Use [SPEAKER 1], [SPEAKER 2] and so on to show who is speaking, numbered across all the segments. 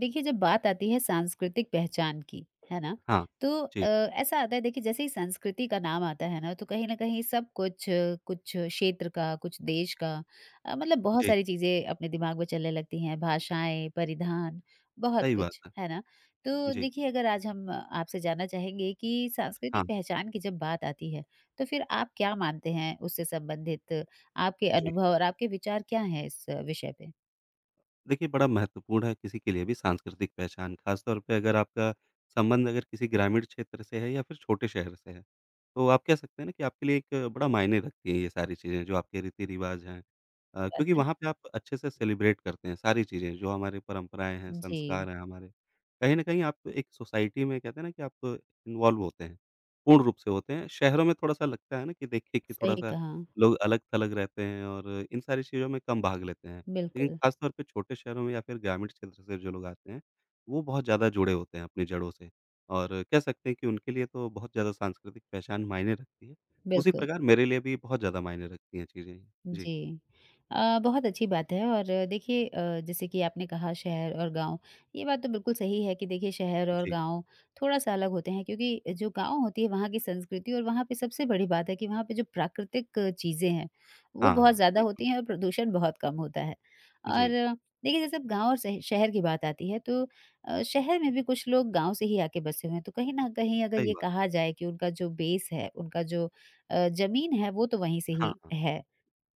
[SPEAKER 1] देखिए जब बात आती है सांस्कृतिक पहचान की, है ना?
[SPEAKER 2] हाँ,
[SPEAKER 1] तो
[SPEAKER 2] जी,
[SPEAKER 1] ऐसा आता है देखिए जैसे ही संस्कृति का नाम आता है ना, तो कहीं न कहीं सब कुछ, कुछ क्षेत्र का, कुछ देश का मतलब बहुत
[SPEAKER 2] जी,
[SPEAKER 1] सारी चीज़ें अपने दिमाग में चलने लगती हैं, भाषाएँ, परिधान, बहुत
[SPEAKER 2] सही बात
[SPEAKER 1] कुछ,
[SPEAKER 2] है।
[SPEAKER 1] है ना? तो
[SPEAKER 2] जी,
[SPEAKER 1] देखिए अगर आज हम आपसे जानना चाहेंगे कि
[SPEAKER 2] हाँ,
[SPEAKER 1] सांस्कृतिक पहचान की जब बात आती है, तो फिर आप क्या मानते हैं उससे संबंधित? आपके
[SPEAKER 2] जी।
[SPEAKER 1] अनुभव और आपके विचार क्या हैं इस विषय पे?
[SPEAKER 2] देखिए, बड़ा महत्वपूर्ण है किसी के लिए भी सांस्कृतिक पहचान, ख़ास तौर पे अगर आपका संबंध अगर किसी ग्रामीण क्षेत्र से है या फिर छोटे शहर से है। तो आप कह सकते हैं ना कि आपके लिए एक बड़ा मायने रखती है ये सारी चीज़ें जो आपके रीति-रिवाज़ हैं।
[SPEAKER 1] बात
[SPEAKER 2] क्योंकि
[SPEAKER 1] है।
[SPEAKER 2] वहाँ पे आप अच्छे से सेलिब्रेट करते हैं सारी चीज़ें जो हमारी परंपराएँ हैं,
[SPEAKER 1] जी,
[SPEAKER 2] संस्कार हैं हमारे। कहीं न कहीं आप एक सोसाइटी में कहते हैं ना कि आप इन्वॉल्व होते हैं, पूर्ण रूप से होते हैं। शहरों में थोड़ा-सा लगता है ना कि देखिए कि
[SPEAKER 1] सही
[SPEAKER 2] थोड़ा-सा
[SPEAKER 1] कहा।
[SPEAKER 2] लोग अलग-थलग रहते हैं और इन सारी चीज़ों में कम भाग लेते हैं। लेकिन
[SPEAKER 1] बिल्कुल,
[SPEAKER 2] ख़ास तौर पे छोटे शहरों में या फिर ग्रामीण क्षेत्र से जो लोग आते हैं, वो बहुत ज़्यादा जुड़े होते हैं अपनी जड़ों से। और कह सकते हैं कि उनके लिए तो बहुत ज़्यादा सांस्कृतिक पहचान मायने रखती है। उसी
[SPEAKER 1] बिल्कुल।
[SPEAKER 2] प्रकार मेरे लिए भी बहुत ज़्यादा मायने रखती हैं चीज़ें। जी,
[SPEAKER 1] जी। बहुत अच्छी बात है और देखिए जैसे कि आपने कहा शहर और गाँव, ये बात तो बिल्कुल सही है कि देखिए शहर और
[SPEAKER 2] जी।
[SPEAKER 1] गाँव थोड़ा-सा अलग होते हैं क्योंकि जो गाँव होती है वहाँ की संस्कृति और वहाँ पे सबसे बड़ी बात है कि वहाँ पे जो प्राकृतिक चीज़ें हैं, वो
[SPEAKER 2] हाँ,
[SPEAKER 1] बहुत
[SPEAKER 2] हाँ,
[SPEAKER 1] ज़्यादा
[SPEAKER 2] बिल्कुल।
[SPEAKER 1] होती हैं और प्रदूषण बहुत कम होता है। और
[SPEAKER 2] जी,
[SPEAKER 1] देखिए जैसे अब गाँव और शह शहर की बात आती है तो शहर में भी कुछ लोग गाँव से ही आके बसे हुए हैं, तो कहीं न कहीं अगर
[SPEAKER 2] सही
[SPEAKER 1] ये
[SPEAKER 2] बात।
[SPEAKER 1] कहा जाए कि उनका जो बेस है, उनका जो ज़मीन है वो तो वहीं से
[SPEAKER 2] हाँ,
[SPEAKER 1] ही
[SPEAKER 2] हाँ,
[SPEAKER 1] है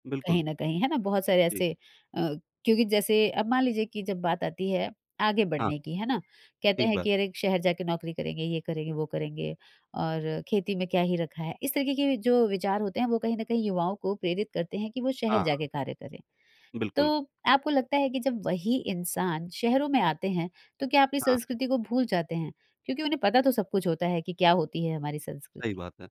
[SPEAKER 2] बिल्कुल।
[SPEAKER 1] कहीं न कहीं, है ना? बहुत सारे
[SPEAKER 2] जी,
[SPEAKER 1] ऐसे अ, क्योंकि जैसे अब मान लीजिए कि जब बात आती है आगे
[SPEAKER 2] हाँ,
[SPEAKER 1] बढ़ने की, है ना? कहते
[SPEAKER 2] ठीक
[SPEAKER 1] हैं
[SPEAKER 2] बात।
[SPEAKER 1] कि अरे! शहर जाके नौकरी करेंगे, ये करेंगे, वो करेंगे और खेती में क्या ही रखा है। इस तरीके के जो विचार होते हैं वो कहीं न कहीं युवाओं को प्रेरित करते हैं कि वो
[SPEAKER 2] हाँ,
[SPEAKER 1] शहर जाके
[SPEAKER 2] हाँ,
[SPEAKER 1] कार्य करें। तो
[SPEAKER 2] बिल्कुल।
[SPEAKER 1] आपको लगता है कि जब वही इंसान शहरों में आते हैं, तो क्या अपनी
[SPEAKER 2] हाँ, हाँ,
[SPEAKER 1] संस्कृति को भूल जाते हैं? क्योंकि उन्हें पता तो सब कुछ होता है कि क्या होती है हमारी
[SPEAKER 2] सही
[SPEAKER 1] संस्कृति।
[SPEAKER 2] बात है।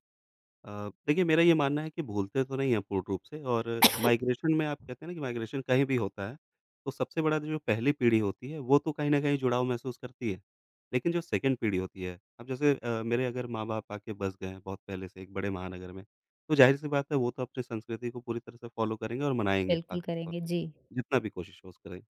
[SPEAKER 2] देखिए मेरा ये मानना है कि भूलते तो नहीं हैं पूर्ण रूप से और माइग्रेशन में आप कहते हैं ना कि माइग्रेशन कहीं भी होता है, तो सबसे बड़ा जो पहली पीढ़ी होती है, वो तो कहीं न कहीं जुड़ाव महसूस करती है। लेकिन जो सेकंड पीढ़ी होती है, अब जैसे मेरे अगर माँ-बाप आके बस गए हैं बहुत पहले से एक बड़े महानगर में, तो ज़ाहिर-सी बात है वो तो अपनी संस्कृति को पूरी तरह से फ़ॉलो करेंगे और मनाएँगे
[SPEAKER 1] बिल्कुल
[SPEAKER 2] खास तौर
[SPEAKER 1] करेंगे,
[SPEAKER 2] पे,
[SPEAKER 1] जी।
[SPEAKER 2] जितना भी कोशिश हो करें।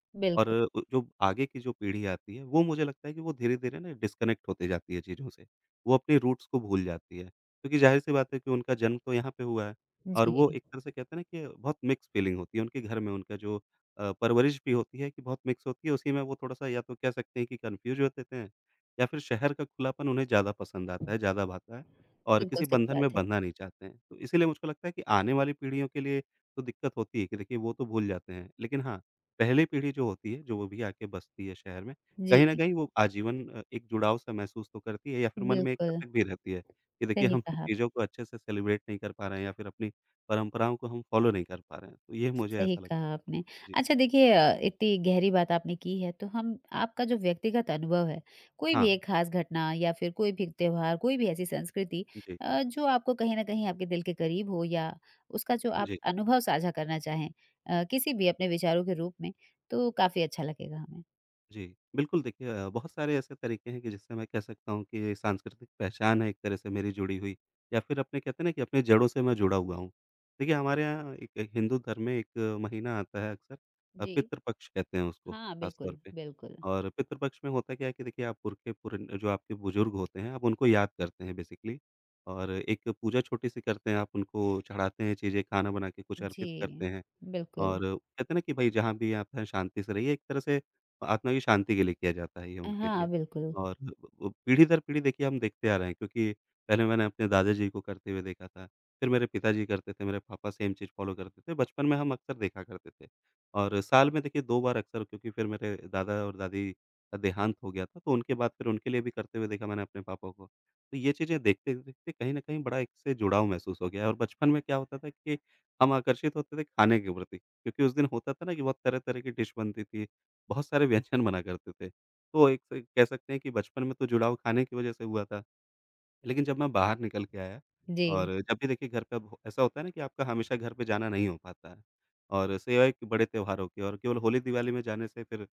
[SPEAKER 2] और
[SPEAKER 1] बिल्कुल।
[SPEAKER 2] जो आगे की जो पीढ़ी आती है, वो मुझे लगता है कि वो धीरे-धीरे ना डिस्कनेक्ट होते जाती है चीज़ों से। वो अपने रूट्स को भूल जाती है। क्योंकि ज़ाहिर-सी बात है कि उनका जन्म तो यहाँ पे हुआ है और
[SPEAKER 1] जी,
[SPEAKER 2] वो एक तरह से कहते हैं ना कि बहुत मिक्स फीलिंग होती है उनके घर में उनका जो परवरिश भी होती है कि बहुत मिक्स होती है, उसी में वो थोड़ा-सा या तो कह सकते हैं कि कन्फ्यूज़ हो जाते हैं या फिर शहर का खुलापन उन्हें ज़्यादा पसंद आता है, ज़्यादा भाता है और
[SPEAKER 1] बिल्कुल
[SPEAKER 2] किसी
[SPEAKER 1] सही
[SPEAKER 2] बंधन में
[SPEAKER 1] बात है।
[SPEAKER 2] बंधना नहीं चाहते हैं। तो इसीलिए मुझको लगता है कि आने वाली पीढ़ियों के लिए तो दिक्कत होती है कि देखिए वो तो भूल जाते हैं, लेकिन हाँ, पहली पीढ़ी जो होती है, जो वो भी आके बसती है शहर में, कहीं न
[SPEAKER 1] जी।
[SPEAKER 2] कहीं वो आजीवन एक जुड़ाव-सा महसूस तो करती है या फिर मन में एक
[SPEAKER 1] बिल्कुल,
[SPEAKER 2] कसक भी रहती है कि देखिए
[SPEAKER 1] सही
[SPEAKER 2] हम
[SPEAKER 1] कहा
[SPEAKER 2] चीज़ों को अच्छे से सेलिब्रेट नहीं कर पा रहे हैं या फिर अपनी परंपराओं को हम फॉलो नहीं कर पा रहे हैं। तो ये मुझे
[SPEAKER 1] सही
[SPEAKER 2] ऐसा लगता
[SPEAKER 1] कहा आपने।
[SPEAKER 2] है। जी।
[SPEAKER 1] अच्छा देखिए इतनी गहरी बात आपने की है तो हम आपका जो व्यक्तिगत अनुभव है, कोई भी
[SPEAKER 2] हाँ।
[SPEAKER 1] एक ख़ास घटना या फिर कोई भी त्योहार, कोई भी ऐसी संस्कृति
[SPEAKER 2] जी,
[SPEAKER 1] जो आपको कहीं न कहीं आपके दिल के करीब हो या उसका जो आप
[SPEAKER 2] जी।
[SPEAKER 1] अनुभव साझा करना चाहें किसी भी अपने विचारों के रूप में, तो काफ़ी अच्छा लगेगा हमें।
[SPEAKER 2] जी, बिल्कुल देखिए बहुत सारे ऐसे तरीके हैं कि जिससे मैं कह सकता हूँ कि सांस्कृतिक पहचान है एक तरह से मेरी जुड़ी हुई या फिर अपने कहते हैं ना कि अपनी जड़ों से मैं जुड़ा हुआ हूँ। देखिए हमारे यहाँ एक एक हिंदू धर्म में एक महीना आता है अक्सर
[SPEAKER 1] जी।
[SPEAKER 2] पितृ पक्ष कहते हैं उसको
[SPEAKER 1] हाँ,
[SPEAKER 2] ख़ास तौर
[SPEAKER 1] बिल्कुल,
[SPEAKER 2] पे।
[SPEAKER 1] बिल्कुल।
[SPEAKER 2] और पितृ पक्ष में होता क्या है कि देखिए आप पुरखे पुरन जो आपके बुज़ुर्ग होते हैं आप उनको याद करते हैं बेसिकली और एक पूजा छोटी-सी करते हैं आप उनको चढ़ाते हैं चीज़ें, खाना बना के कुछ
[SPEAKER 1] जी,
[SPEAKER 2] अर्पित करते हैं।
[SPEAKER 1] बिल्कुल।
[SPEAKER 2] और कहते हैं ना कि भाई जहाँ भी आप हैं शांति से रहिए, एक तरह से आत्मा की शांति के लिए किया जाता है ये उनके
[SPEAKER 1] हाँ,
[SPEAKER 2] लिए।
[SPEAKER 1] बिल्कुल।
[SPEAKER 2] और ब पीढ़ी दर पीढ़ी देखिए हम देखते आ रहे हैं क्योंकि पहले मैंने अपने दादाजी को करते हुए देखा था, फिर मेरे पिताजी करते थे, मेरे पापा सेम चीज़ फ़ॉलो करते थे, बचपन में हम अक्सर देखा करते थे। और साल में देखिए 2 बार अक्सर क्योंकि फिर मेरे दादा और दादी का देहांत हो गया था, तो उनके बाद फिर उनके लिए भी करते हुए देखा मैंने अपने पापा को। तो ये चीज़ें देखते-देखते कहीं न कहीं बड़ा एक से जुड़ाव महसूस हो गया है और बचपन में क्या होता था कि हम आकर्षित होते थे खाने के प्रति। क्योंकि उस दिन होता था ना कि बहुत तरह-तरह की डिश बनती थी, बहुत सारे व्यंजन बना करते थे। तो एक से कह सकते हैं कि बचपन में तो जुड़ाव खाने की वजह से हुआ था, लेकिन जब मैं बाहर निकल के आया
[SPEAKER 1] जी,
[SPEAKER 2] और जब भी देखिए घर पे अब ऐसा होता है ना कि आपका हमेशा घर पे जाना नहीं हो पाता है और सिवाय कि बड़े त्योहारों के और केवल होली-दिवाली में जाने से फिर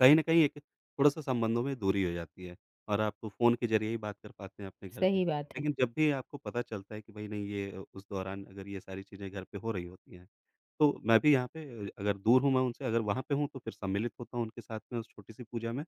[SPEAKER 2] कहीं न कहीं एक थोड़ा-सा संबंधों में दूरी हो जाती है और आप तो फ़ोन के ज़रिए ही बात कर पाते हैं अपने घर पे।
[SPEAKER 1] सही बात है।
[SPEAKER 2] लेकिन जब भी आपको पता चलता है कि भई नहीं ये उस दौरान अगर ये सारी चीज़ें घर पे हो रही होती हैं, तो मैं भी यहाँ पे अगर दूर हूँ मैं उनसे अगर वहाँ पे हूँ तो फिर सम्मिलित होता हूँ उनके साथ में उस छोटी-सी पूजा में।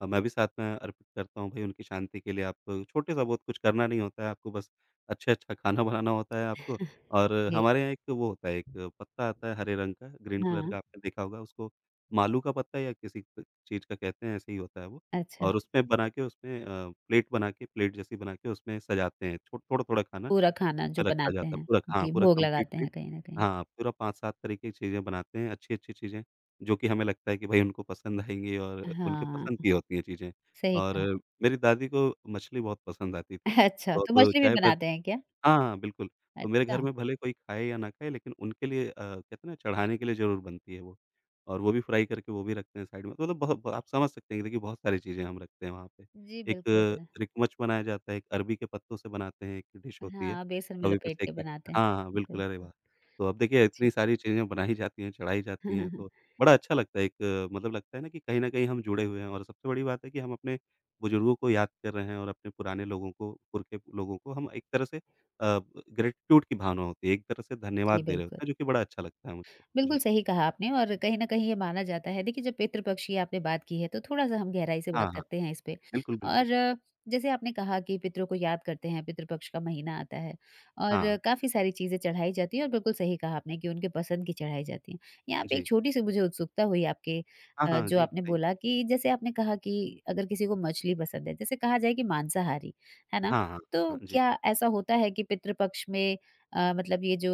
[SPEAKER 2] मैं भी साथ में अर्पित करता हूँ भई उनकी शांति के लिए आप छोटे-सा बहुत कुछ करना नहीं होता है आपको बस अच्छा-अच्छा खाना बनाना होता है आपको और
[SPEAKER 1] जी,
[SPEAKER 2] हमारे यहाँ एक वो होता है एक पत्ता आता है हरे रंग का, ग्रीन कलर
[SPEAKER 1] हाँ,
[SPEAKER 2] का आपने देखा होगा उसको मालू का पत्ता या किसी चीज़ का कहते हैं, ऐसे ही होता है वो
[SPEAKER 1] अच्छा।
[SPEAKER 2] और उसमें बना के उसमें प्लेट बना के प्लेट जैसी बना के उसमें सजाते हैं। छो थोड़ा-थोड़ा खाना
[SPEAKER 1] पूरा खाना जो
[SPEAKER 2] रखा
[SPEAKER 1] बनाते
[SPEAKER 2] जाता है।
[SPEAKER 1] हैं।
[SPEAKER 2] पूरा हाँ,
[SPEAKER 1] जी,
[SPEAKER 2] पूरा
[SPEAKER 1] भोग
[SPEAKER 2] कंप्लीट
[SPEAKER 1] लगाते हैं
[SPEAKER 2] प्लेट
[SPEAKER 1] कहीं न कहीं।
[SPEAKER 2] हाँ, पूरा 5-7 तरीके की चीज़ें बनाते हैं, अच्छी-अच्छी चीज़ें, जो कि हमें लगता है कि भई उनको पसंद आएँगी और उनके पसंद
[SPEAKER 1] हाँ,
[SPEAKER 2] की होती हैं चीज़ें।
[SPEAKER 1] सही
[SPEAKER 2] और
[SPEAKER 1] कहा।
[SPEAKER 2] मेरी दादी को मछली बहुत पसंद आती थी,
[SPEAKER 1] अच्छा,
[SPEAKER 2] तो
[SPEAKER 1] तो
[SPEAKER 2] अब
[SPEAKER 1] मछली भी
[SPEAKER 2] चाहे भले
[SPEAKER 1] बनाते हैं क्या?
[SPEAKER 2] हाँ, हाँ, बिल्कुल। तो मेरे
[SPEAKER 1] अच्छा।
[SPEAKER 2] घर में भले कोई खाए या ना खाए लेकिन उनके लिए कहते हैं ना चढ़ाने के लिए ज़रूर बनती है वो। और वो भी फ्राई करके वो भी रखते हैं साइड में। तो मतलब बहुत बहुत- आप समझ सकते हैं कि देखिए बहुत सारी चीज़ें हम रखते हैं वहाँ पे।
[SPEAKER 1] जी,
[SPEAKER 2] एक
[SPEAKER 1] बिल्कुल।
[SPEAKER 2] रिकमच बनाया जाता है, एक अरबी के पत्तों से बनाते हैं, एक डिश होती है,
[SPEAKER 1] हाँ, बेसन में
[SPEAKER 2] तवे पे
[SPEAKER 1] लपेट
[SPEAKER 2] सेंक
[SPEAKER 1] के
[SPEAKER 2] के
[SPEAKER 1] बनाते हैं।
[SPEAKER 2] हाँ, हाँ, बिल्कुल, अरे
[SPEAKER 1] बिल्कुल,
[SPEAKER 2] वाह! तो अब देखिए
[SPEAKER 1] जी।
[SPEAKER 2] इतनी सारी चीज़ें बनाई जाती हैं, चढ़ाई जाती हैं तो बड़ा अच्छा लगता है एक मतलब लगता है ना कि कहीं न कहीं हम जुड़े हुए हैं और सबसे बड़ी बात है कि हम अपने बुजुर्गों को याद कर रहे हैं और अपने पुराने लोगों को, पुरखे लोगों को हम एक तरह से अ, ग्रैटिट्यूड की भावना होती है, एक तरह से
[SPEAKER 1] जी,
[SPEAKER 2] धन्यवाद दे रहे
[SPEAKER 1] बिल्कुल।
[SPEAKER 2] होते हैं, जो कि बड़ा अच्छा लगता है मुझको।
[SPEAKER 1] बिल्कुल
[SPEAKER 2] जी।
[SPEAKER 1] सही कहा आपने और कहीं न कहीं ये माना जाता है। देखिए जब पितृपक्ष की आपने बात की है तो थोड़ा-सा हम गहराई से
[SPEAKER 2] हाँ,
[SPEAKER 1] बात
[SPEAKER 2] हाँ।
[SPEAKER 1] करते हैं इस पे।
[SPEAKER 2] बिल्कुल, बिल्कुल।
[SPEAKER 1] और जैसे आपने कहा कि पितरों को याद करते हैं, पितृपक्ष का महीना आता है और
[SPEAKER 2] हाँ,
[SPEAKER 1] काफ़ी सारी चीज़ें चढ़ाई जाती हैं और बिल्कुल सही कहा आपने कि उनके पसंद की चढ़ाई जाती हैं। यहाँ पे एक
[SPEAKER 2] जी।
[SPEAKER 1] छोटी-सी मुझे उत्सुकता हुई आपके
[SPEAKER 2] हाँ, हाँ,
[SPEAKER 1] जो
[SPEAKER 2] जी,
[SPEAKER 1] आपने
[SPEAKER 2] बताइए।
[SPEAKER 1] बोला कि जैसे आपने कहा कि अगर किसी को मछली पसंद है, जैसे कहा जाए कि मांसाहारी, है ना?
[SPEAKER 2] हाँ, हाँ,
[SPEAKER 1] तो
[SPEAKER 2] हाँ, जी।
[SPEAKER 1] क्या ऐसा होता है कि पितृपक्ष में मतलब ये जो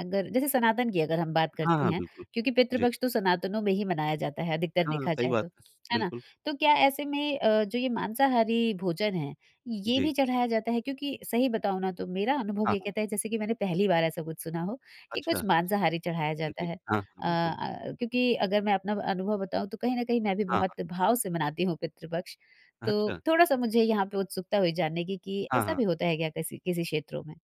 [SPEAKER 1] अगर जैसे सनातन की अगर हम बात
[SPEAKER 2] हाँ,
[SPEAKER 1] करते
[SPEAKER 2] हाँ,
[SPEAKER 1] हैं,
[SPEAKER 2] बिल्कुल।
[SPEAKER 1] क्योंकि
[SPEAKER 2] जी।
[SPEAKER 1] पितृपक्ष तो सनातनों में ही मनाया जाता है अधिकतर
[SPEAKER 2] हाँ, हाँ,
[SPEAKER 1] देखा
[SPEAKER 2] सही
[SPEAKER 1] जाए
[SPEAKER 2] बात
[SPEAKER 1] तो,
[SPEAKER 2] है।
[SPEAKER 1] है ना?
[SPEAKER 2] बिल्कुल।
[SPEAKER 1] तो क्या ऐसे में जो ये मांसाहारी भोजन है, ये भी
[SPEAKER 2] जी।
[SPEAKER 1] चढ़ाया जाता है? क्योंकि सही बताऊँ ना तो मेरा अनुभव
[SPEAKER 2] हाँ,
[SPEAKER 1] ये
[SPEAKER 2] हाँ।
[SPEAKER 1] कहता है जैसे कि मैंने पहली बार ऐसा कुछ सुना हो कि कुछ
[SPEAKER 2] अच्छा।
[SPEAKER 1] मांसाहारी चढ़ाया जाता
[SPEAKER 2] जी।
[SPEAKER 1] है।
[SPEAKER 2] हाँ, हाँ, बिल्कुल।
[SPEAKER 1] क्योंकि अगर मैं अपना अनुभव बताऊँ तो कहीं न कहीं मैं भी
[SPEAKER 2] हाँ,
[SPEAKER 1] बहुत
[SPEAKER 2] हाँ।
[SPEAKER 1] भाव से मनाती हूँ पितृपक्ष। तो
[SPEAKER 2] अच्छा।
[SPEAKER 1] थोड़ा-सा मुझे यहाँ पे उत्सुकता हुई जानने की कि
[SPEAKER 2] हाँ,
[SPEAKER 1] ऐसा
[SPEAKER 2] हाँ।
[SPEAKER 1] भी होता है क्या किसी किसी क्षेत्रों में?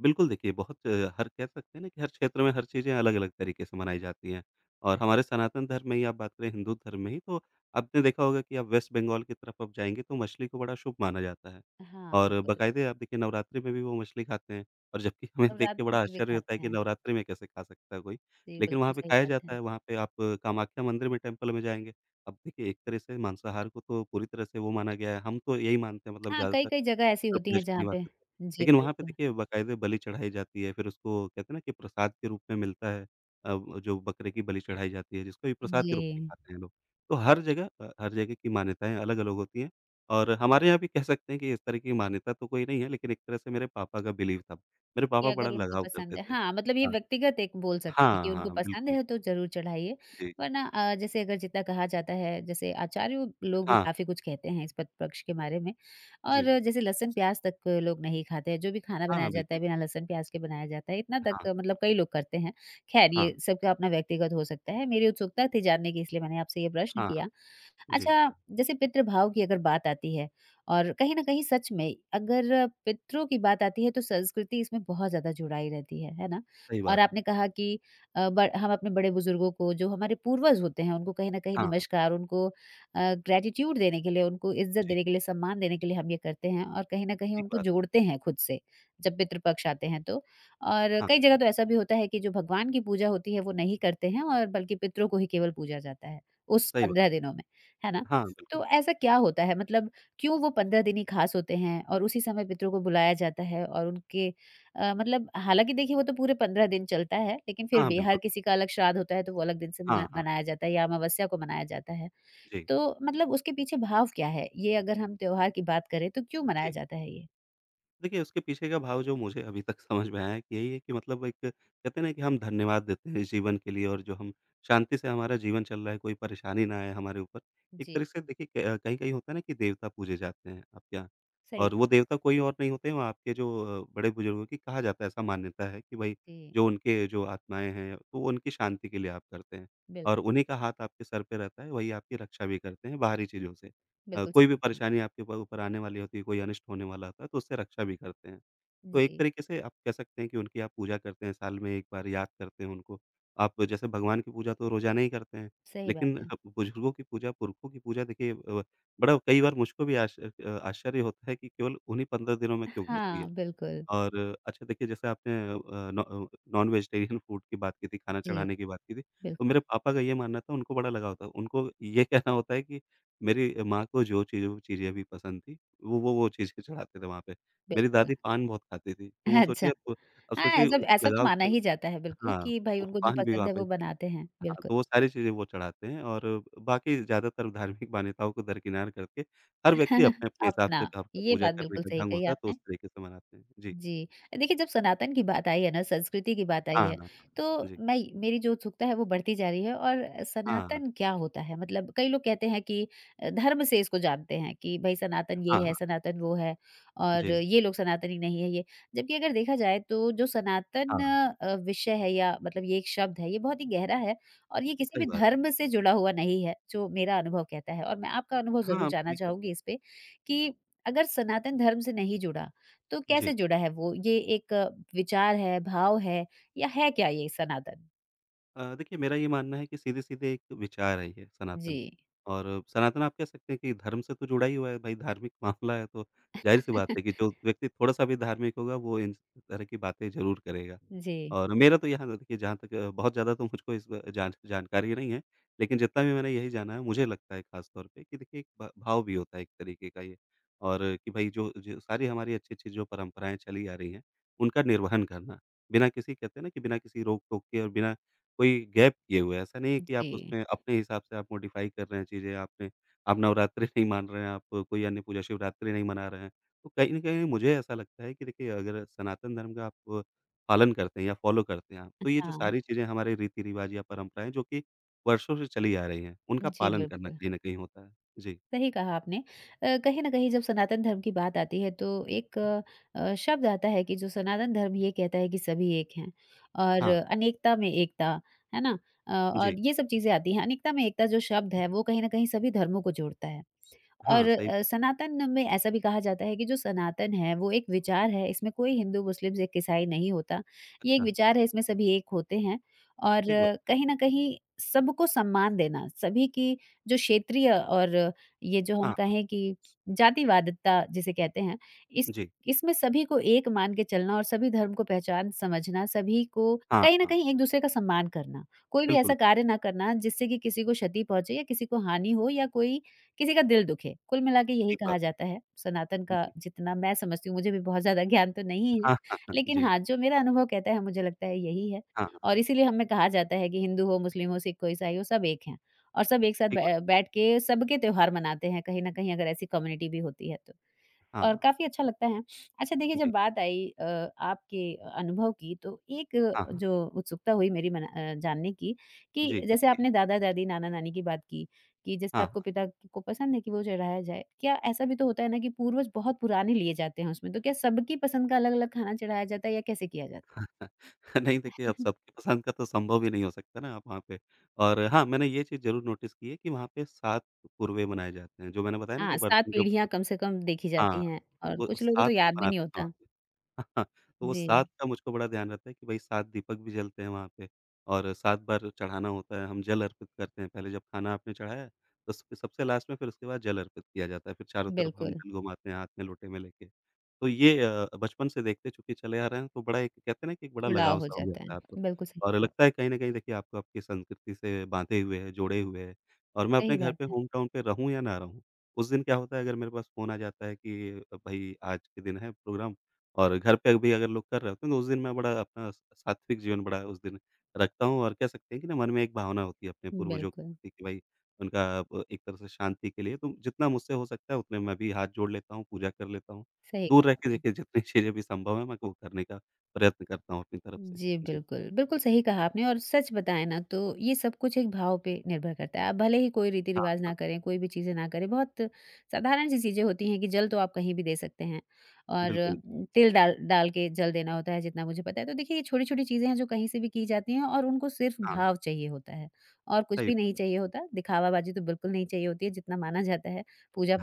[SPEAKER 2] बिल्कुल, देखिए बहुत हर कह सकते हैं ना कि हर क्षेत्र में हर चीज़ें अलग-अलग तरीके से मनाई जाती हैं और हमारे सनातन धर्म में ही आप बात करें, हिंदू धर्म में ही तो आपने देखा होगा कि आप वेस्ट बंगाल की तरफ आप जाएँगे तो मछली को बड़ा शुभ माना जाता है
[SPEAKER 1] हाँ,
[SPEAKER 2] और
[SPEAKER 1] बिल्कुल।
[SPEAKER 2] बाकायदे आप देखिए नवरात्रि में भी वो मछली खाते हैं और जबकि हमें
[SPEAKER 1] अब
[SPEAKER 2] देख
[SPEAKER 1] रात
[SPEAKER 2] के
[SPEAKER 1] भर
[SPEAKER 2] बड़ा
[SPEAKER 1] के भी
[SPEAKER 2] आश्चर्य होता है
[SPEAKER 1] खाते
[SPEAKER 2] कि
[SPEAKER 1] हैं।
[SPEAKER 2] नवरात्रि में कैसे खा सकता है कोई?
[SPEAKER 1] जी,
[SPEAKER 2] लेकिन
[SPEAKER 1] बिल्कुल
[SPEAKER 2] वहाँ पे
[SPEAKER 1] सही
[SPEAKER 2] खाया
[SPEAKER 1] बात
[SPEAKER 2] जाता
[SPEAKER 1] है।
[SPEAKER 2] है, वहाँ पे आप कामाख्या मंदिर में टेम्पल में जाएँगे। अब देखिए एक तरह से मांसाहार को तो पूरी तरह से वो माना गया है, हम तो यही मानते हैं मतलब
[SPEAKER 1] हाँ,
[SPEAKER 2] ज़्यादातर
[SPEAKER 1] कई-कई जगह ऐसी
[SPEAKER 2] उत्तर
[SPEAKER 1] होती हैं
[SPEAKER 2] प्रदेश के
[SPEAKER 1] जहाँ पे
[SPEAKER 2] निवासी।
[SPEAKER 1] जी,
[SPEAKER 2] लेकिन वहाँ पे
[SPEAKER 1] बिल्कुल।
[SPEAKER 2] देखिए बाकायदे बलि चढ़ाई जाती है, फिर उसको कहते हैं ना कि प्रसाद के रूप में मिलता है। अब जो बकरे की बलि चढ़ाई जाती है जिसको भी प्रसाद के
[SPEAKER 1] जी,
[SPEAKER 2] रूप में खाते हैं लोग। तो हर जगह हर जगह की मान्यताएँ अलग-अलग होती हैं और हमारे यहाँ भी कह सकते हैं कि इस तरह की मान्यता तो कोई नहीं है लेकिन एक तरह से मेरे पापा का बिलीव था। मेरे
[SPEAKER 1] कि
[SPEAKER 2] पापा
[SPEAKER 1] अगर
[SPEAKER 2] बड़ा
[SPEAKER 1] उनको
[SPEAKER 2] लगाव
[SPEAKER 1] पसंद
[SPEAKER 2] करते
[SPEAKER 1] है
[SPEAKER 2] थे।
[SPEAKER 1] हाँ, मतलब ये
[SPEAKER 2] हाँ।
[SPEAKER 1] व्यक्तिगत एक बोल सकते हैं
[SPEAKER 2] हाँ,
[SPEAKER 1] कि
[SPEAKER 2] हाँ,
[SPEAKER 1] उनको
[SPEAKER 2] हाँ,
[SPEAKER 1] पसंद
[SPEAKER 2] बिल्कुल।
[SPEAKER 1] है तो ज़रूर चढ़ाइए,
[SPEAKER 2] जी।
[SPEAKER 1] वरना जैसे अगर जितना कहा जाता है जैसे आचार्य लोग भी
[SPEAKER 2] हाँ,
[SPEAKER 1] काफ़ी कुछ कहते हैं इस पत पक्ष के बारे में
[SPEAKER 2] जी।
[SPEAKER 1] और जैसे लहसुन प्याज़ तक लोग नहीं खाते हैं, जो भी खाना
[SPEAKER 2] हाँ,
[SPEAKER 1] बनाया
[SPEAKER 2] हाँ,
[SPEAKER 1] जाता है
[SPEAKER 2] बिल्कुल।
[SPEAKER 1] बिना लहसुन प्याज़ के बनाया जाता है, इतना
[SPEAKER 2] हाँ,
[SPEAKER 1] तक मतलब कई लोग करते हैं। ख़ैर
[SPEAKER 2] हाँ,
[SPEAKER 1] ये सबका अपना व्यक्तिगत हो सकता है। मेरी उत्सुकता थी जानने की इसलिए मैंने आपसे ये प्रश्न
[SPEAKER 2] हाँ, हाँ।
[SPEAKER 1] किया।
[SPEAKER 2] जी,
[SPEAKER 1] अच्छा, जैसे पितृभाव की अगर बात आती है और कहीं न कहीं सच में अगर पितरों की बात आती है तो संस्कृति इसमें बहुत ज़्यादा जुड़ाई रहती है ना?
[SPEAKER 2] सही
[SPEAKER 1] और
[SPEAKER 2] बात
[SPEAKER 1] आपने
[SPEAKER 2] है।
[SPEAKER 1] कहा कि अ, ब हम अपने बड़े बुजुर्गों को जो हमारे पूर्वज होते हैं उनको कहीं न कहीं
[SPEAKER 2] हाँ,
[SPEAKER 1] नमस्कार, उनको ग्रैटिट्यूड देने के लिए, उनको इज़्ज़त
[SPEAKER 2] जी,
[SPEAKER 1] देने के लिए, सम्मान देने के लिए हम ये करते हैं और कहीं न कहीं
[SPEAKER 2] ठीक
[SPEAKER 1] उनको
[SPEAKER 2] बात।
[SPEAKER 1] जोड़ते हैं खुद से, जब पितृ पक्ष आते हैं तो। और
[SPEAKER 2] हाँ,
[SPEAKER 1] कई जगह तो ऐसा भी होता है कि जो भगवान की पूजा होती है वो नहीं करते हैं और बल्कि पितरों को ही केवल पूजा जाता है, उस
[SPEAKER 2] सही बात
[SPEAKER 1] 15
[SPEAKER 2] है।
[SPEAKER 1] दिनों में। है ना?
[SPEAKER 2] हाँ,
[SPEAKER 1] तो
[SPEAKER 2] बिल्कुल।
[SPEAKER 1] ऐसा क्या होता है मतलब क्यों वो 15 दिन ही खास होते हैं और उसी समय पितरों को बुलाया जाता है और उनके मतलब हालाँकि देखिए वो तो पूरे 15 दिन चलता है, लेकिन फिर
[SPEAKER 2] हाँ,
[SPEAKER 1] भी हर
[SPEAKER 2] बिल्कुल।
[SPEAKER 1] किसी का अलग श्राद्ध होता है तो वो अलग दिन से
[SPEAKER 2] हाँ, हाँ।
[SPEAKER 1] मनाया जाता है या अमावस्या को मनाया जाता है।
[SPEAKER 2] जी,
[SPEAKER 1] तो मतलब उसके पीछे भाव क्या है? ये अगर हम त्योहार की बात करें तो क्यों मनाया
[SPEAKER 2] जी।
[SPEAKER 1] जाता है ये?
[SPEAKER 2] देखिए, उसके पीछे का भाव जो मुझे अभी तक समझ में आया है कि यही है कि मतलब एक कहते हैं ना कि हम धन्यवाद देते हैं इस जीवन के लिए और जो हम शांति से हमारा जीवन चल रहा है, कोई परेशानी ना आए हमारे ऊपर। एक
[SPEAKER 1] जी,
[SPEAKER 2] तरह से देखिए क कहीं-कहीं होता है ना कि देवता पूजे जाते हैं आपके यहाँ
[SPEAKER 1] सही
[SPEAKER 2] और
[SPEAKER 1] कहा।
[SPEAKER 2] वो देवता कोई और नहीं होते हैं, वो आपके जो बड़े-बुज़ुर्गों की कहा जाता है, ऐसा मान्यता है कि भई
[SPEAKER 1] जी,
[SPEAKER 2] जो उनके जो आत्माएँ हैं, तो वो उनकी शांति के लिए आप करते हैं
[SPEAKER 1] बिल्क
[SPEAKER 2] और उन्हीं का हाथ आपके सर पे रहता है, वही आपकी रक्षा भी करते हैं बाहरी चीज़ों से।
[SPEAKER 1] बिल्कुल
[SPEAKER 2] कोई भी
[SPEAKER 1] सही कहा।
[SPEAKER 2] परेशानी आपके ऊपर ऊपर आने वाली होती है, कोई अनिष्ट होने वाला होता है, तो उससे रक्षा भी करते हैं। तो एक
[SPEAKER 1] जी,
[SPEAKER 2] तरीके से आप कह सकते हैं कि उनकी आप पूजा करते हैं, साल में 1 बार याद करते हैं उनको। आप जैसे भगवान की पूजा तो रोज़ाना ही करते हैं,
[SPEAKER 1] सही बात
[SPEAKER 2] लेकिन
[SPEAKER 1] है।
[SPEAKER 2] बुज़ुर्गों की पूजा, पुरखों की पूजा देखिए बड़ा कई बार मुझको भी आश्चर्य होता है कि केवल उन्हीं 15 दिनों में क्यों होती
[SPEAKER 1] हाँ,
[SPEAKER 2] है।
[SPEAKER 1] बिल्कुल।
[SPEAKER 2] और अच्छा देखिए जैसे आपने नॉन वेजिटेरियन फूड की बात की थी, खाना
[SPEAKER 1] जी,
[SPEAKER 2] चढ़ाने की बात की थी,
[SPEAKER 1] बिल्क
[SPEAKER 2] तो मेरे पापा का ये मानना था उनको बड़ा लगाव था। उनको ये कहना होता है कि मेरी माँ को जो चीज़ वो चीज़ें भी पसंद थी, वो चीज़ें चढ़ाते थे वहाँ पे। मेरी
[SPEAKER 1] बिल्कुल।
[SPEAKER 2] दादी पान बहुत खाती थी, तो वो
[SPEAKER 1] अच्छा।
[SPEAKER 2] सोचिए अब
[SPEAKER 1] हाँ,
[SPEAKER 2] सोचिए
[SPEAKER 1] ऐसा
[SPEAKER 2] उस
[SPEAKER 1] ऐसा तो
[SPEAKER 2] लगाव
[SPEAKER 1] माना
[SPEAKER 2] के
[SPEAKER 1] ही
[SPEAKER 2] चलते
[SPEAKER 1] जाता है बिल्कुल
[SPEAKER 2] हाँ,
[SPEAKER 1] कि भाई
[SPEAKER 2] तो वो
[SPEAKER 1] उनको जो
[SPEAKER 2] पान भी
[SPEAKER 1] पसंद
[SPEAKER 2] वहाँ
[SPEAKER 1] है
[SPEAKER 2] पे
[SPEAKER 1] वो बनाते हैं,
[SPEAKER 2] हाँ,
[SPEAKER 1] बिल्कुल।
[SPEAKER 2] तो वो सारी चीज़ें वो चढ़ाते हैं और बाकी ज़्यादातर धार्मिक मान्यताओं को दरकिनार करके हर व्यक्ति अपने-अपने हिसाब से
[SPEAKER 1] अपना,
[SPEAKER 2] आपका
[SPEAKER 1] ये
[SPEAKER 2] पूजा
[SPEAKER 1] बात
[SPEAKER 2] करने
[SPEAKER 1] बिल्कुल
[SPEAKER 2] का
[SPEAKER 1] सही
[SPEAKER 2] ढंग
[SPEAKER 1] कही
[SPEAKER 2] होता है, तो
[SPEAKER 1] आपने।
[SPEAKER 2] उस तरीके से मनाते हैं। जी।
[SPEAKER 1] जी। देखिए, जब सनातन की बात आई है ना, संस्कृति की बात आई
[SPEAKER 2] हाँ,
[SPEAKER 1] है,
[SPEAKER 2] हाँ।
[SPEAKER 1] तो
[SPEAKER 2] जी।
[SPEAKER 1] मैं मेरी जो उत्सुकता है वो बढ़ती जा रही है और
[SPEAKER 2] हाँ,
[SPEAKER 1] सनातन क्या होता है? मतलब कई लोग कहते हैं कि धर्म से इसको जानते हैं कि भई सनातन ये
[SPEAKER 2] हाँ,
[SPEAKER 1] है,
[SPEAKER 2] हाँ,
[SPEAKER 1] सनातन वो है और
[SPEAKER 2] जी।
[SPEAKER 1] ये लोग सनातनी नहीं है ये। जबकि अगर देखा जाए तो जो सनातन
[SPEAKER 2] हाँ,
[SPEAKER 1] विषय है या मतलब ये एक शब्द है, ये बहुत ही गहरा है और ये किसी
[SPEAKER 2] सही
[SPEAKER 1] भी
[SPEAKER 2] बात है।
[SPEAKER 1] धर्म से जुड़ा हुआ नहीं है, जो मेरा अनुभव कहता है और मैं आपका अनुभव ज़रूर
[SPEAKER 2] हाँ,
[SPEAKER 1] जानना
[SPEAKER 2] ठीक है।
[SPEAKER 1] चाहूँगी इस पे कि अगर सनातन धर्म से नहीं जुड़ा तो
[SPEAKER 2] जी।
[SPEAKER 1] कैसे जुड़ा है वो? ये एक विचार है, भाव है या है क्या ये सनातन?
[SPEAKER 2] देखिए मेरा ये मानना है कि सीधे-सीधे एक विचार है ये
[SPEAKER 1] जी।
[SPEAKER 2] सनातन और सनातन आप कह सकते हैं कि धर्म से तो जुड़ा ही हुआ है भाई धार्मिक मामला है तो ज़ाहिर-सी बात है कि जो व्यक्ति थोड़ा-सा भी धार्मिक होगा वो इन तरह की बातें ज़रूर करेगा।
[SPEAKER 1] जी,
[SPEAKER 2] और मेरा तो यहाँ देखिए जहाँ तक बहुत ज़्यादा तो मुझको इस ब जान जानकारी नहीं है, लेकिन जितना भी मैंने यही जाना है मुझे लगता है ख़ास तौर पे कि देखिए एक भ भाव भी होता है एक तरीके का ये और कि भाई जो जो सारी हमारी अच्छी-अच्छी जो परंपराएँ चली आ रही हैं, उनका निर्वहन करना। बिना किसी कहते हैं ना कि बिना किसी रोक-टोक के और बिना कोई गैप किए हुए हैं। ऐसा नहीं है कि आप
[SPEAKER 1] जी।
[SPEAKER 2] उसमें अपने हिसाब से आप मॉडिफ़ाई कर रहे हैं चीज़ें, आपने आप नवरात्रि नहीं मान रहे हैं, आप कोई अन्य पूजा शिवरात्रि नहीं मना रहे हैं। तो कहीं न कहीं मुझे ऐसा लगता है कि देखिए अगर सनातन धर्म का आप पालन करते हैं या फ़ॉलो करते हैं आप, तो ये जो
[SPEAKER 1] हाँ,
[SPEAKER 2] सारी चीज़ें हमारे रीति-रिवाज या परंपराएँ जो कि वर्षों से चली आ रही हैं, उनका
[SPEAKER 1] जी
[SPEAKER 2] पालन करना
[SPEAKER 1] बिल्कुल,
[SPEAKER 2] कहीं न कहीं होता है। जी।
[SPEAKER 1] सही कहा आपने। कहीं न कहीं जब सनातन धर्म की बात आती है तो एक शब्द आता है कि जो सनातन धर्म ये कहता है कि सभी एक हैं और
[SPEAKER 2] हाँ,
[SPEAKER 1] अनेकता में एकता, है ना?
[SPEAKER 2] जी।
[SPEAKER 1] और ये सब चीज़ें आती हैं। अनेकता में एकता जो शब्द है वो कहीं न कहीं सभी धर्मों को जोड़ता है।
[SPEAKER 2] हाँ,
[SPEAKER 1] और
[SPEAKER 2] सही बात।
[SPEAKER 1] सनातन में ऐसा भी कहा जाता है कि जो सनातन है वो एक विचार है, इसमें कोई हिंदू, मुस्लिम, सिख, ईसाई नहीं होता। ये एक
[SPEAKER 2] अच्छा,
[SPEAKER 1] विचार है, इसमें सभी एक होते हैं और
[SPEAKER 2] ठीक बात।
[SPEAKER 1] कहीं न कहीं सबको सम्मान देना, सभी की जो क्षेत्रीय और ये जो हम
[SPEAKER 2] हाँ,
[SPEAKER 1] कहें कि जातिवादिता जिसे कहते हैं, इस
[SPEAKER 2] जी।
[SPEAKER 1] इसमें सभी को एक मान के चलना और सभी धर्म को पहचान समझना, सभी को
[SPEAKER 2] हाँ,
[SPEAKER 1] कहीं न
[SPEAKER 2] हाँ।
[SPEAKER 1] कहीं एक-दूसरे का सम्मान करना। कोई भी ऐसा
[SPEAKER 2] बिल्कुल,
[SPEAKER 1] कार्य ना करना जिससे कि किसी को क्षति पहुँचे या किसी को हानि हो या कोई किसी का दिल दुखे। कुल मिला के यही
[SPEAKER 2] ठीक
[SPEAKER 1] कहा
[SPEAKER 2] बात।
[SPEAKER 1] जाता है, सनातन का
[SPEAKER 2] जी।
[SPEAKER 1] जितना मैं समझती हूँ, मुझे भी बहुत ज़्यादा ज्ञान तो नहीं है।
[SPEAKER 2] हाँ, हाँ, हाँ।
[SPEAKER 1] लेकिन
[SPEAKER 2] जी।
[SPEAKER 1] हाँ, जो मेरा अनुभव कहता है मुझे लगता है यही है
[SPEAKER 2] हाँ,
[SPEAKER 1] और
[SPEAKER 2] हाँ।
[SPEAKER 1] इसीलिए हमें कहा जाता है कि हिंदू हो, मुस्लिम हो, सिख हो, ईसाई हो सब एक हैं और सब एक साथ
[SPEAKER 2] ठीक बात।
[SPEAKER 1] बै बैठ के सबके त्योहार मनाते हैं, कहीं न कहीं अगर ऐसी कम्युनिटी भी होती है तो।
[SPEAKER 2] हाँ,
[SPEAKER 1] और
[SPEAKER 2] हाँ।
[SPEAKER 1] काफ़ी अच्छा लगता है। अच्छा देखिए जब
[SPEAKER 2] जी।
[SPEAKER 1] बात आई आपके अनुभव की तो एक
[SPEAKER 2] हाँ, हाँ।
[SPEAKER 1] जो उत्सुकता हुई मेरी जानने की कि
[SPEAKER 2] जी,
[SPEAKER 1] जैसे
[SPEAKER 2] बताइए।
[SPEAKER 1] आपने दादा-दादी, नाना-नानी की बात की, कि जैसे
[SPEAKER 2] हाँ,
[SPEAKER 1] आपको
[SPEAKER 2] हाँ।
[SPEAKER 1] पिता को पसंद है कि वो चढ़ाया जाए। क्या ऐसा भी तो होता है ना कि पूर्वज बहुत पुराने लिए जाते हैं उसमें, तो क्या सबकी पसंद का अलग-अलग खाना चढ़ाया जाता है या कैसे किया जाता है?
[SPEAKER 2] नहीं देखिए, अब सबकी पसंद का तो संभव ही नहीं हो सकता ना आप वहाँ पे और हाँ, मैंने ये चीज़ ज़रूर नोटिस की है कि वहाँ पे 7 पूर्वे बनाए जाते हैं। जो मैंने बताया ना
[SPEAKER 1] हाँ,
[SPEAKER 2] कि
[SPEAKER 1] 7
[SPEAKER 2] बर्तन जो
[SPEAKER 1] पीढ़ियाँ कम से कम देखी जाती
[SPEAKER 2] हाँ,
[SPEAKER 1] हैं
[SPEAKER 2] तो
[SPEAKER 1] और
[SPEAKER 2] वो
[SPEAKER 1] कुछ लोगों को तो
[SPEAKER 2] 7 को
[SPEAKER 1] याद भी नहीं
[SPEAKER 2] बनाते हैं।
[SPEAKER 1] होता।
[SPEAKER 2] हाँ। हाँ, तो वो 7
[SPEAKER 1] जी,
[SPEAKER 2] का मुझको बड़ा ध्यान रहता है कि भई 7 दीपक भी जलते हैं वहाँ पे और 7 बार चढ़ाना होता है, हम जल अर्पित करते हैं। पहले जब खाना आपने चढ़ाया, तो स सबसे लास्ट में फिर उसके बाद जल अर्पित किया जाता है। फिर चारों तरफ हम
[SPEAKER 1] बिल्कुल,
[SPEAKER 2] जल घुमाते हैं हाथ में लोटे में लेके। तो ये बचपन से देखते चूँकि चले आ रहे हैं तो बड़ा एक कहते हैं ना कि एक बड़ा
[SPEAKER 1] जुड़ाव हो
[SPEAKER 2] लगाव-सा हो
[SPEAKER 1] जाता है।
[SPEAKER 2] जाता है आपको
[SPEAKER 1] बिल्कुल सही
[SPEAKER 2] और
[SPEAKER 1] कहा
[SPEAKER 2] लगता है
[SPEAKER 1] आपने।
[SPEAKER 2] कहीं न कहीं देखिए आपको आपकी संस्कृति से बाँधे हुए है, जोड़े हुए है और मैं
[SPEAKER 1] सही
[SPEAKER 2] अपने घर
[SPEAKER 1] बात
[SPEAKER 2] पे
[SPEAKER 1] है।
[SPEAKER 2] होम टाउन पे रहूँ या ना रहूँ, उस दिन क्या होता है अगर मेरे पास फ़ोन आ जाता है कि भई आज के दिन है प्रोग्राम और घर पे भी अगर लोग कर रहे होते हैं तो उस दिन मैं बड़ा अपना सात्विक जीवन बड़ा उस दिन रखता हूँ और कह सकते हैं कि ना मन में एक भावना होती है अपने पूर्वजों के
[SPEAKER 1] बिल्कुल।
[SPEAKER 2] प्रति कि भाई उनका एक तरह से शांति के लिए तो जितना मुझसे हो सकता है उतने मैं भी हाथ जोड़ लेता हूँ, पूजा कर लेता हूँ।
[SPEAKER 1] सही
[SPEAKER 2] दूर
[SPEAKER 1] कहा
[SPEAKER 2] रह के
[SPEAKER 1] आपने।
[SPEAKER 2] देखिए जितनी चीज़ें भी संभव है मैं वो करने का प्रयत्न करता हूँ अपनी तरफ से।
[SPEAKER 1] जी,
[SPEAKER 2] जी।
[SPEAKER 1] बिल्कुल। बिल्कुल सही कहा आपने और सच बताएँ ना तो ये सब कुछ एक भाव पे निर्भर करता है। आप भले ही कोई
[SPEAKER 2] हाँ,
[SPEAKER 1] रीति-रिवाज़ ना
[SPEAKER 2] हाँ।
[SPEAKER 1] करें, कोई भी चीज़ें ना करें, बहुत साधारण सी चीज़ें होती हैं कि जल तो आप कहीं भी दे सकते हैं और
[SPEAKER 2] बिल्कुल,
[SPEAKER 1] तिल डाल डाल के जल देना होता है जितना मुझे पता है। तो देखिए ये छोटी-छोटी चीज़ें हैं जो कहीं से भी की जाती हैं और उनको सिर्फ़
[SPEAKER 2] हाँ,
[SPEAKER 1] भाव चाहिए होता है और कुछ
[SPEAKER 2] सही
[SPEAKER 1] भी
[SPEAKER 2] बात
[SPEAKER 1] नहीं चाहिए होता। दिखावाबाज़ी तो बिल्कुल नहीं चाहिए होती है जितना माना जाता है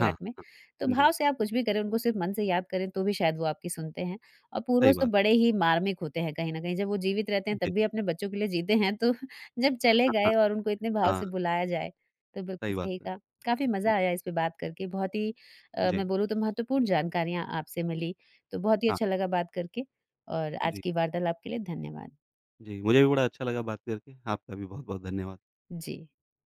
[SPEAKER 2] हाँ,
[SPEAKER 1] में। तो भाव
[SPEAKER 2] जी,
[SPEAKER 1] से आप कुछ भी करें, उनको सिर्फ़ मन से याद करें तो भी शायद वो आपकी सुनते हैं। और
[SPEAKER 2] सही
[SPEAKER 1] पूर्वज तो
[SPEAKER 2] बात।
[SPEAKER 1] बड़े ही मार्मिक होते हैं कहीं न कहीं, जब वो जीवित रहते हैं तब
[SPEAKER 2] जी।
[SPEAKER 1] भी अपने बच्चों के लिए जीते हैं तो जब चले
[SPEAKER 2] हाँ, हाँ,
[SPEAKER 1] गए और उनको इतने भाव
[SPEAKER 2] हाँ,
[SPEAKER 1] से बुलाया जाए, तो बिल्कुल
[SPEAKER 2] सही बात
[SPEAKER 1] सही
[SPEAKER 2] है।
[SPEAKER 1] कहा। काफ़ी
[SPEAKER 2] जी,
[SPEAKER 1] मज़ा आया इस पे बात करके, बहुत ही
[SPEAKER 2] जी,
[SPEAKER 1] मैं बोलूँ तो महत्वपूर्ण जानकारियाँ आपसे मिली, तो बहुत ही
[SPEAKER 2] हाँ,
[SPEAKER 1] अच्छा लगा बात करके और आज
[SPEAKER 2] जी,
[SPEAKER 1] की वार्तालाप के लिए धन्यवाद।
[SPEAKER 2] जी। मुझे भी बड़ा अच्छा लगा बात करके। आपका भी बहुत-बहुत धन्यवाद।
[SPEAKER 1] जी।